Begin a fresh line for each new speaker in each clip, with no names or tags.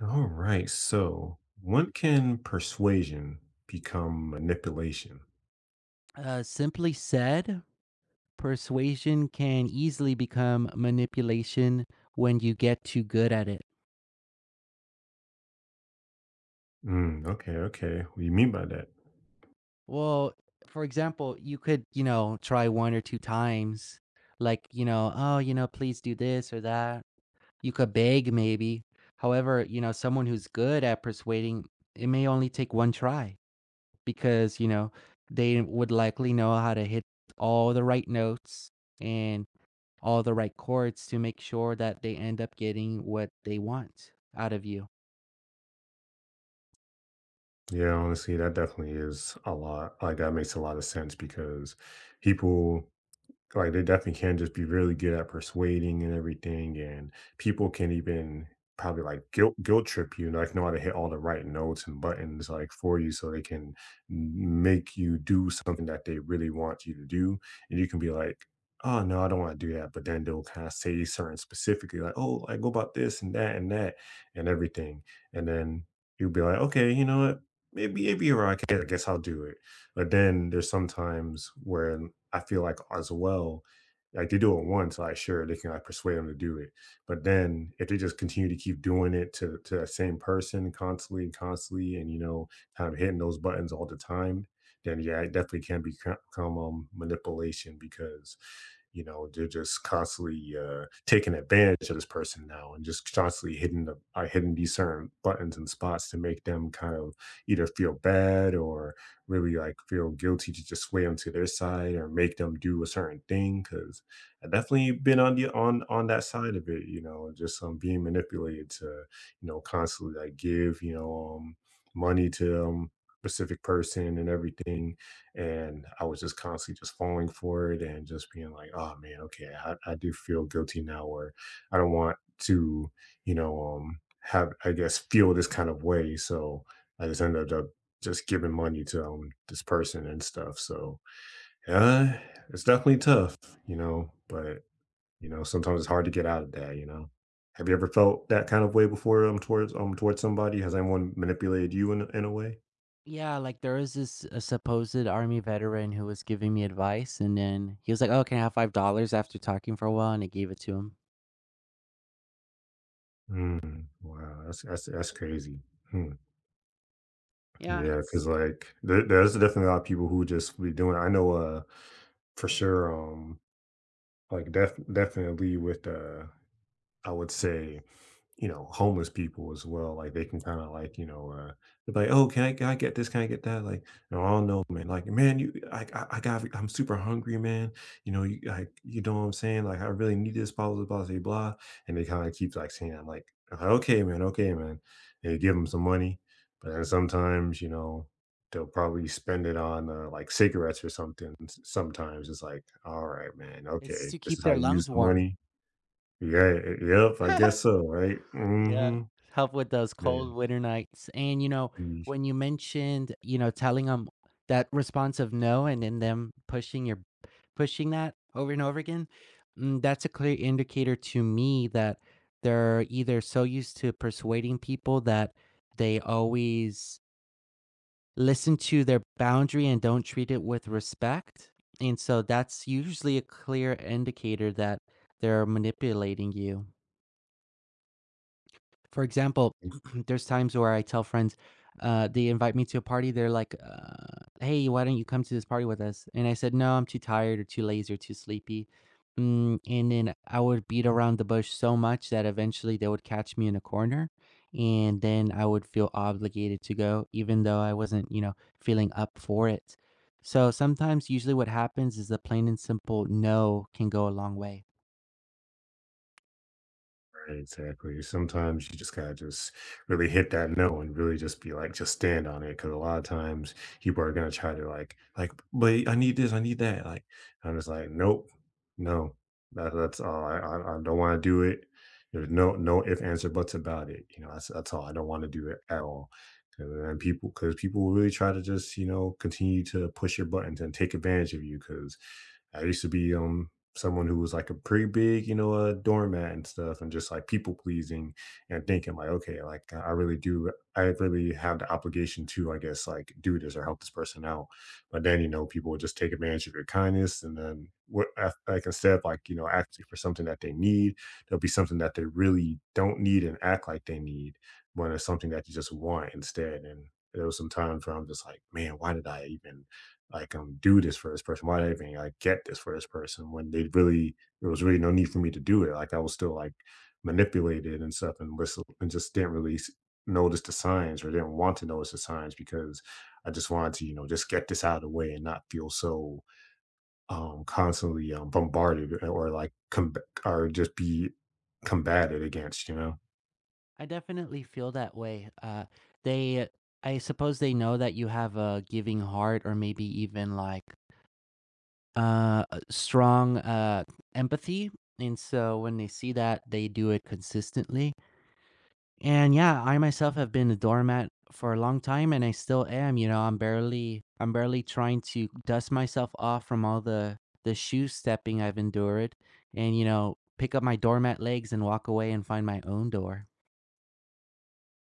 All right. So, when can persuasion become manipulation?
Simply said, persuasion can easily become manipulation when you get too good at it.
Mm, okay. Okay. What do you mean by that?
Well, for example, you could, you know, try one or two times, like, you know, oh, you know, please do this or that. You could beg maybe. However, you know, someone who's good at persuading, it may only take one try because, you know, they would likely know how to hit all the right notes and all the right chords to make sure that they end up getting what they want out of you.
Yeah, honestly, that definitely is a lot. Like, that makes a lot of sense because people. Like, they definitely can just be really good at persuading and everything, and people can even probably, like, guilt trip you, like, know how to hit all the right notes and buttons, like, for you so they can make you do something that they really want you to do, and you can be like, "Oh, no, I don't wanna do that," but then they'll kinda say certain specifically, like, "Oh, like, go about this and that and that and everything," and then you'll be like, "Okay, you know what? Maybe you're right. I guess I'll do it." But then there's sometimes where I feel like as well, like they do it once, like sure they can like persuade them to do it. But then if they just continue to keep doing it to that same person constantly and constantly, and you know, kind of hitting those buttons all the time, then yeah, it definitely can become manipulation because you know they're just constantly taking advantage of this person now and just constantly hitting the are hitting these certain buttons and spots to make them kind of either feel bad or really like feel guilty to just sway them to their side or make them do a certain thing because I've definitely been on the on that side of it, you know, just being manipulated to, you know, constantly like give, you know, money to specific person and everything. And I was just constantly just falling for it and just being like, oh man, okay, I do feel guilty now or I don't want to, you know, have I guess feel this kind of way. So I just ended up just giving money to this person and stuff. So uh, it's definitely tough, you know. But you know, sometimes it's hard to get out of that. You know, have you ever felt that kind of way before? Towards towards somebody, has anyone manipulated you in a way?
Yeah, like there was this supposed army veteran who was giving me advice, and then he was like, "Oh, can I have $5?" After talking for a while, and I gave it to him.
Mm, wow, that's that's crazy. Hmm.
Yeah,
Yeah,
it's
because like, there's definitely a lot of people who just be doing I know, for sure, like, definitely with, I would say you know, homeless people as well. Like they can kind of like, you know, they're like, oh, can I get this? Can I get that? Like, no, I don't know, man. Like, man, you, I got, I'm super hungry, man. You know, you, like, you know what I'm saying? Like, I really need this, blah, blah, blah, blah, blah. And they kind of keep like saying, I'm like, okay, man, okay, man. And they give them some money. But then sometimes, you know, they'll probably spend it on like cigarettes or something. Sometimes it's like, all right, man,
it's
okay,
to
this
keep
is how
their
you use
lungs
the
warm.
money. Right, yep, I guess so, right?
Yeah.
Mhm,
Help with those cold
man,
winter nights. And, you know,
mm.
when you mentioned, you know, telling them that response of no and then them pushing that over and over again, mm, that's a clear indicator to me that they're either so used to persuading people that they always listen to their boundary and don't treat it with respect. And so that's usually a clear indicator that they're manipulating you. For example, there's times where I tell friends, they invite me to a party. They're like, "Hey, why don't you come to this party with us?" And I said, "No, I'm too tired or too lazy or too sleepy." Mm, and then I would beat around the bush so much that eventually they would catch me in a corner, and then I would feel obligated to go, even though I wasn't, you know, feeling up for it. So sometimes, usually, what happens is a plain and simple no can go a long way.
Right, exactly. Sometimes you just gotta just really hit that note and really just be like, just stand on it. Cause a lot of times people are gonna try to like, but I need this, I need that. Like, I'm just like, nope, no, that's all. I don't want to do it. There's no, no if, answer, buts about it. You know, that's all. I don't want to do it at all. And then people, cause people will really try to just, you know, continue to push your buttons and take advantage of you. Cause I used to be, someone who was like a pretty big, you know, a doormat and stuff, and just like people pleasing and thinking like, okay, like I really do, I really have the obligation to, I guess, like do this or help this person out. But then, you know, people would just take advantage of your kindness, and then what, like instead of like you know asking for something that they need, there'll be something that they really don't need and act like they need when it's something that you just want instead. And there was some times where I'm just like, man, why did I even I can do this for this person. Why did I even like get this for this person when they really there was really no need for me to do it. Like I was still like manipulated and stuff and listen and just didn't really notice the signs or didn't want to notice the signs because I just wanted to, you know, just get this out of the way and not feel so constantly bombarded or like or just be combated against, you know.
I definitely feel that way. They, I suppose they know that you have a giving heart or maybe even like a strong empathy. And so when they see that, they do it consistently. And yeah, I myself have been a doormat for a long time and I still am. You know, I'm barely trying to dust myself off from all the shoe stepping I've endured and, you know, pick up my doormat legs and walk away and find my own door.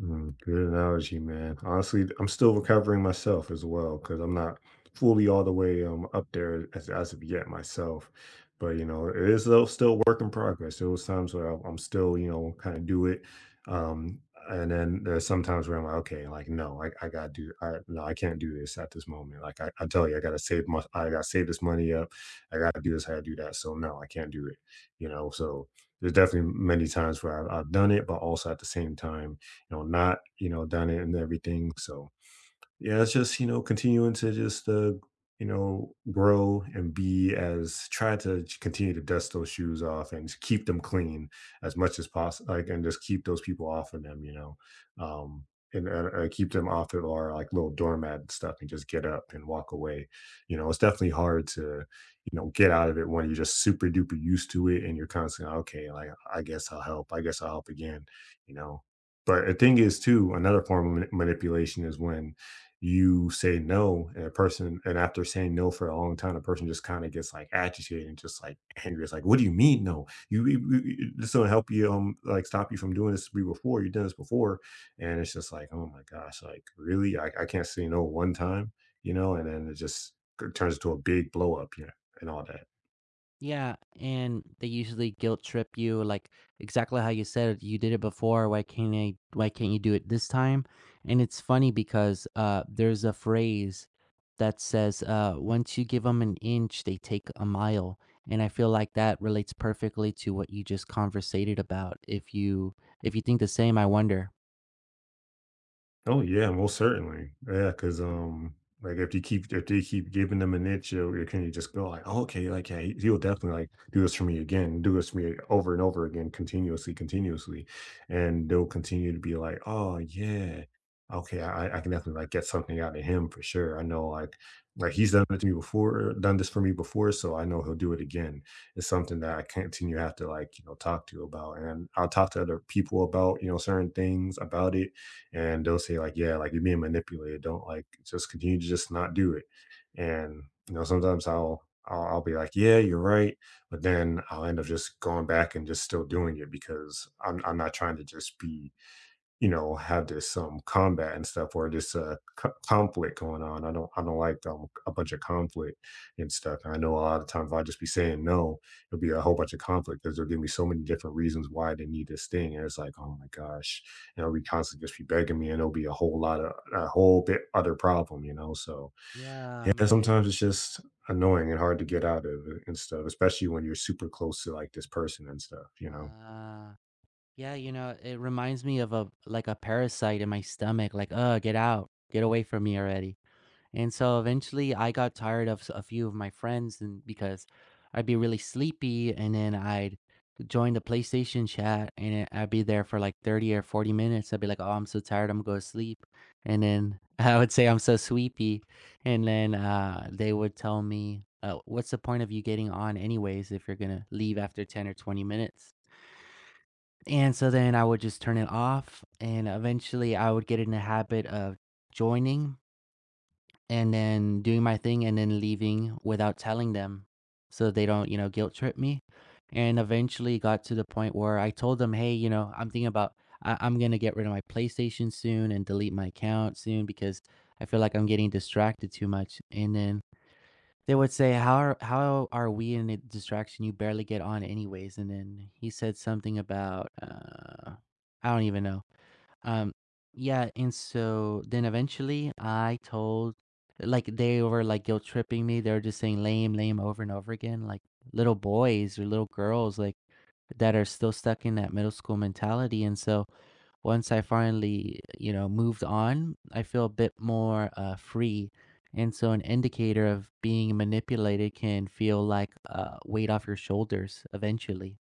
Mm, good analogy, man. Honestly, I'm still recovering myself as well because I'm not fully all the way up there as of yet myself. But you know, it is still work in progress. There was times where I'm still you know kind of do it, um, and then there's sometimes where I'm like, okay, like no, I gotta do, I no, I can't do this at this moment. Like I tell you, I gotta save my, I gotta save this money up. I gotta do this, I gotta do that. So no, I can't do it. You know, so there's definitely many times where I've done it, but also at the same time you know, not, you know, done it and everything. So yeah, it's just, you know, continuing to just, you know, grow and be as try to continue to dust those shoes off and just keep them clean as much as possible, like, and just keep those people off of them, you know, um, and keep them off of our like little doormat and stuff and just get up and walk away. You know, it's definitely hard to, you know, get out of it when you're just super duper used to it and you're constantly, okay, like, I guess I'll help. I guess I'll help again, you know. But the thing is, too, another form of manipulation is when you say no and a person and after saying no for a long time, a person just kind of gets like agitated and just like angry. It's like, what do you mean no? This don't help you like stop you from doing this before. You've done this before. And it's just like, oh my gosh, like really? I can't say no one time, you know, and then it just turns into a big blow up, you know, and all that.
Yeah, and they usually guilt trip you like exactly how you said you did it before. Why can't you do it this time? And it's funny because there's a phrase that says once you give them an inch, they take a mile. And I feel like that relates perfectly to what you just conversated about. If you think the same, I wonder.
Oh yeah, most certainly. Yeah, because like if you keep if they keep giving them an itch, you'll, you can you just go like, "Oh, okay, like yeah, he'll definitely like do this for me again, do this for me over and over again, continuously, continuously, and they'll continue to be like, oh yeah, okay, I can definitely like get something out of him for sure. I know like he's done it to me before, done this for me before, so I know he'll do it again. It's something that I continue to have to like you know talk to about, and I'll talk to other people about you know certain things about it and they'll say like yeah like you're being manipulated don't like just continue to just not do it and you know sometimes I'll be like, yeah, you're right, but then I'll end up just going back and just still doing it because I'm not trying to just be you know, have this combat and stuff or this conflict going on. I don't like a bunch of conflict and stuff. And I know a lot of times if I just be saying no, it'll be a whole bunch of conflict because they'll give me so many different reasons why they need this thing. And it's like, oh my gosh, you know, we constantly just be begging me and it'll be a whole lot of a whole bit other problem, you know. So
Yeah,
yeah,
man.
sometimes it's just annoying and hard to get out of it and stuff, especially when you're super close to like this person and stuff, you know.
Uh yeah, you know, it reminds me of a like a parasite in my stomach like, get out. Get away from me already." And so eventually I got tired of a few of my friends, and because I'd be really sleepy and then I'd join the PlayStation chat and I'd be there for like 30 or 40 minutes. I'd be like, "Oh, I'm so tired. I'm going to sleep." And then I would say I'm so sleepy, and then they would tell me, "What's the point of you getting on anyways if you're going to leave after 10 or 20 minutes?" And so then I would just turn it off, and eventually I would get in the habit of joining and then doing my thing and then leaving without telling them so they don't, you know, guilt trip me. And eventually got to the point where I told them, hey, you know, I'm thinking about, I- I'm going to get rid of my PlayStation soon and delete my account soon because I feel like I'm getting distracted too much. And then they would say, how are we in a distraction? You barely get on anyways. And then he said something about, I don't even know um, yeah, and so then eventually I told, like they were like guilt tripping me. They were just saying lame, lame over and over again. Like little boys or little girls, like, that are still stuck in that middle school mentality. And so once I finally, you know, moved on, I feel a bit more free. And so an indicator of being manipulated can feel like a weight off your shoulders eventually.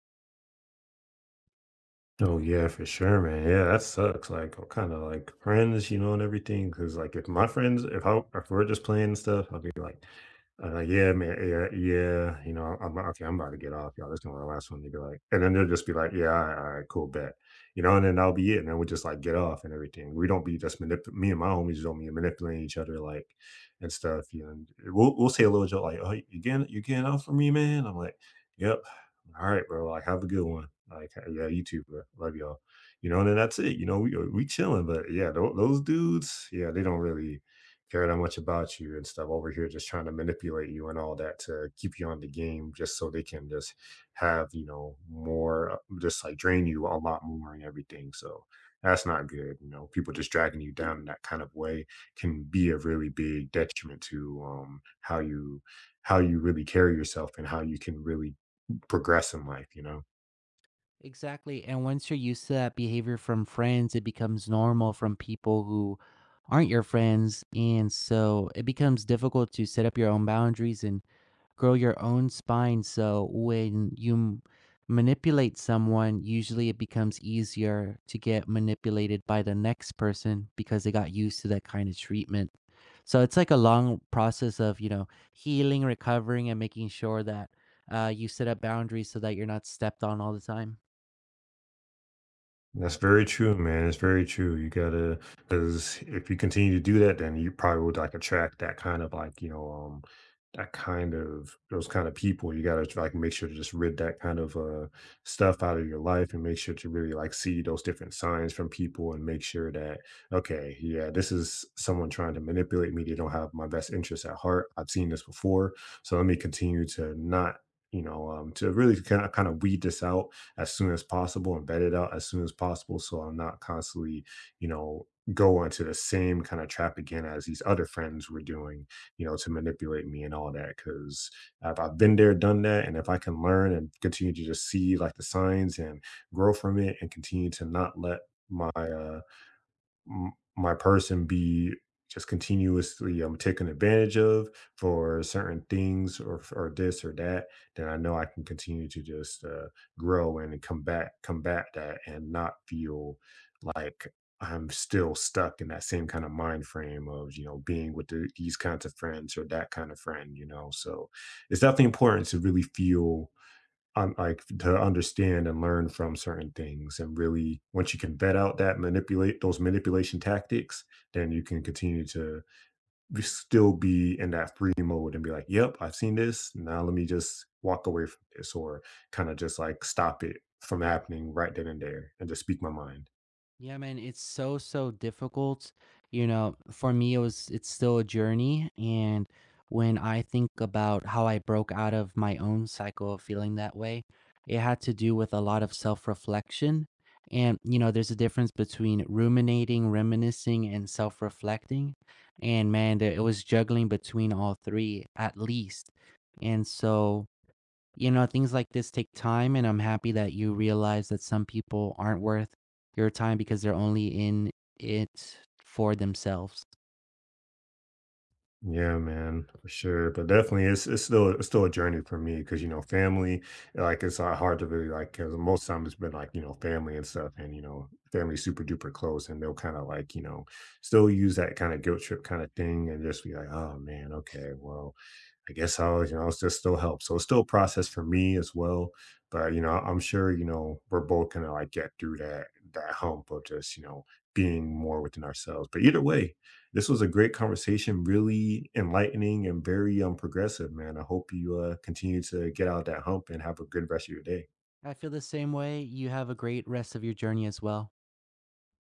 Oh yeah, for sure, man. Yeah, that sucks. Like I'm kind of like friends, you know, and everything. Because like if my friends, if we're just playing and stuff, I'll be like, yeah, man, yeah, yeah, you know, I'm okay. I'm about to get off, y'all. This gonna be the last one. They be like, and then they'll just be like, yeah, all right, cool, bet, you know, and then that'll be it. And then we just like get off and everything. We don't be just manip. Me and my homies don't be manipulating each other like and stuff. You know, and we'll say a little joke like, oh, you getting off for me, man? I'm like, yep. All right, bro. Like, have a good one. Like, "Hey, yeah, you too, bro. Love y'all." You know, and then that's it. You know, we chilling, but yeah, those dudes, yeah, they don't really care that much about you and stuff over here, just trying to manipulate you and all that to keep you on the game, just so they can just have you know more, just like drain you a lot more and everything. So that's not good. You know, people just dragging you down in that kind of way can be a really big detriment to how you really carry yourself and how you can really progress in life, you know?
Exactly. And once you're used to that behavior from friends, it becomes normal from people who aren't your friends. And so it becomes difficult to set up your own boundaries and grow your own spine. So when you manipulate someone, usually it becomes easier to get manipulated by the next person because they got used to that kind of treatment. So it's like a long process of, you know, healing, recovering, and making sure that you set up boundaries so that you're not stepped on all the time.
That's very true, man. It's very true. You gotta, because if you continue to do that, then you probably would like attract that kind of like, you know, that kind of those kind of people. You gotta like, make sure to just rid that kind of, stuff out of your life, and make sure to really, like, see those different signs from people and make sure that, "Okay, yeah, this is someone trying to manipulate me. They don't have my best interests at heart. I've seen this before, so let me continue to not," you know, to really kinda weed this out as soon as possible and vet it out as soon as possible so I'm not constantly, you know, go to the same kinda trap again as these other friends were doing, you know, to manipulate me and all that. Cause I've been there, done that. And if I can learn and continue to just see like the signs and grow from it and continue to not let my, uh, my person be just continuously taken advantage of for certain things or this or that, then I know I can continue to just grow and combat that and not feel like I'm still stuck in that same kind of mind frame of you know being with these kinds of friends or that kind of friend, you know. So it's definitely important to really feel to understand and learn from certain things, and really, once you can vet out that manipulate those manipulation tactics, then you can continue to be still be in that free mode and be like, "Yep, I've seen this. Now let me just walk away from this," or kinda just, like, stop it from happening right then and there and just speak my mind.
Yeah, man, it's so, so difficult. You know, for me, it's still a journey. And when I think about how I broke out of my own cycle of feeling that way, it had to do with a lot of self reflection. And, you know, there's a difference between ruminating, reminiscing, and self reflecting. And man, it was juggling between all three at least. And so, you know, things like this take time, and I'm happy that you realize that some people aren't worth your time because they're only in it for themselves.
Yeah, man, for sure. But definitely, it's still a journey for me because you know family, like it's hard to really like because most time it's been like you know family and stuff, and you know family super duper close, and they'll kind of like you know still use that kind of guilt trip kind of thing, and just be like, oh man, okay, well. I guess I'll, you know, I just still help. So it's still a process for me as well. But you know, I'm sure, you know, we're both gonna like get through that that hump of just, you know, being more within ourselves. But either way, this was a great conversation, really enlightening and very progressive, man. I hope you continue to get out of that hump and have a good rest of your day.
I feel the same way. You have a great rest of your journey as well.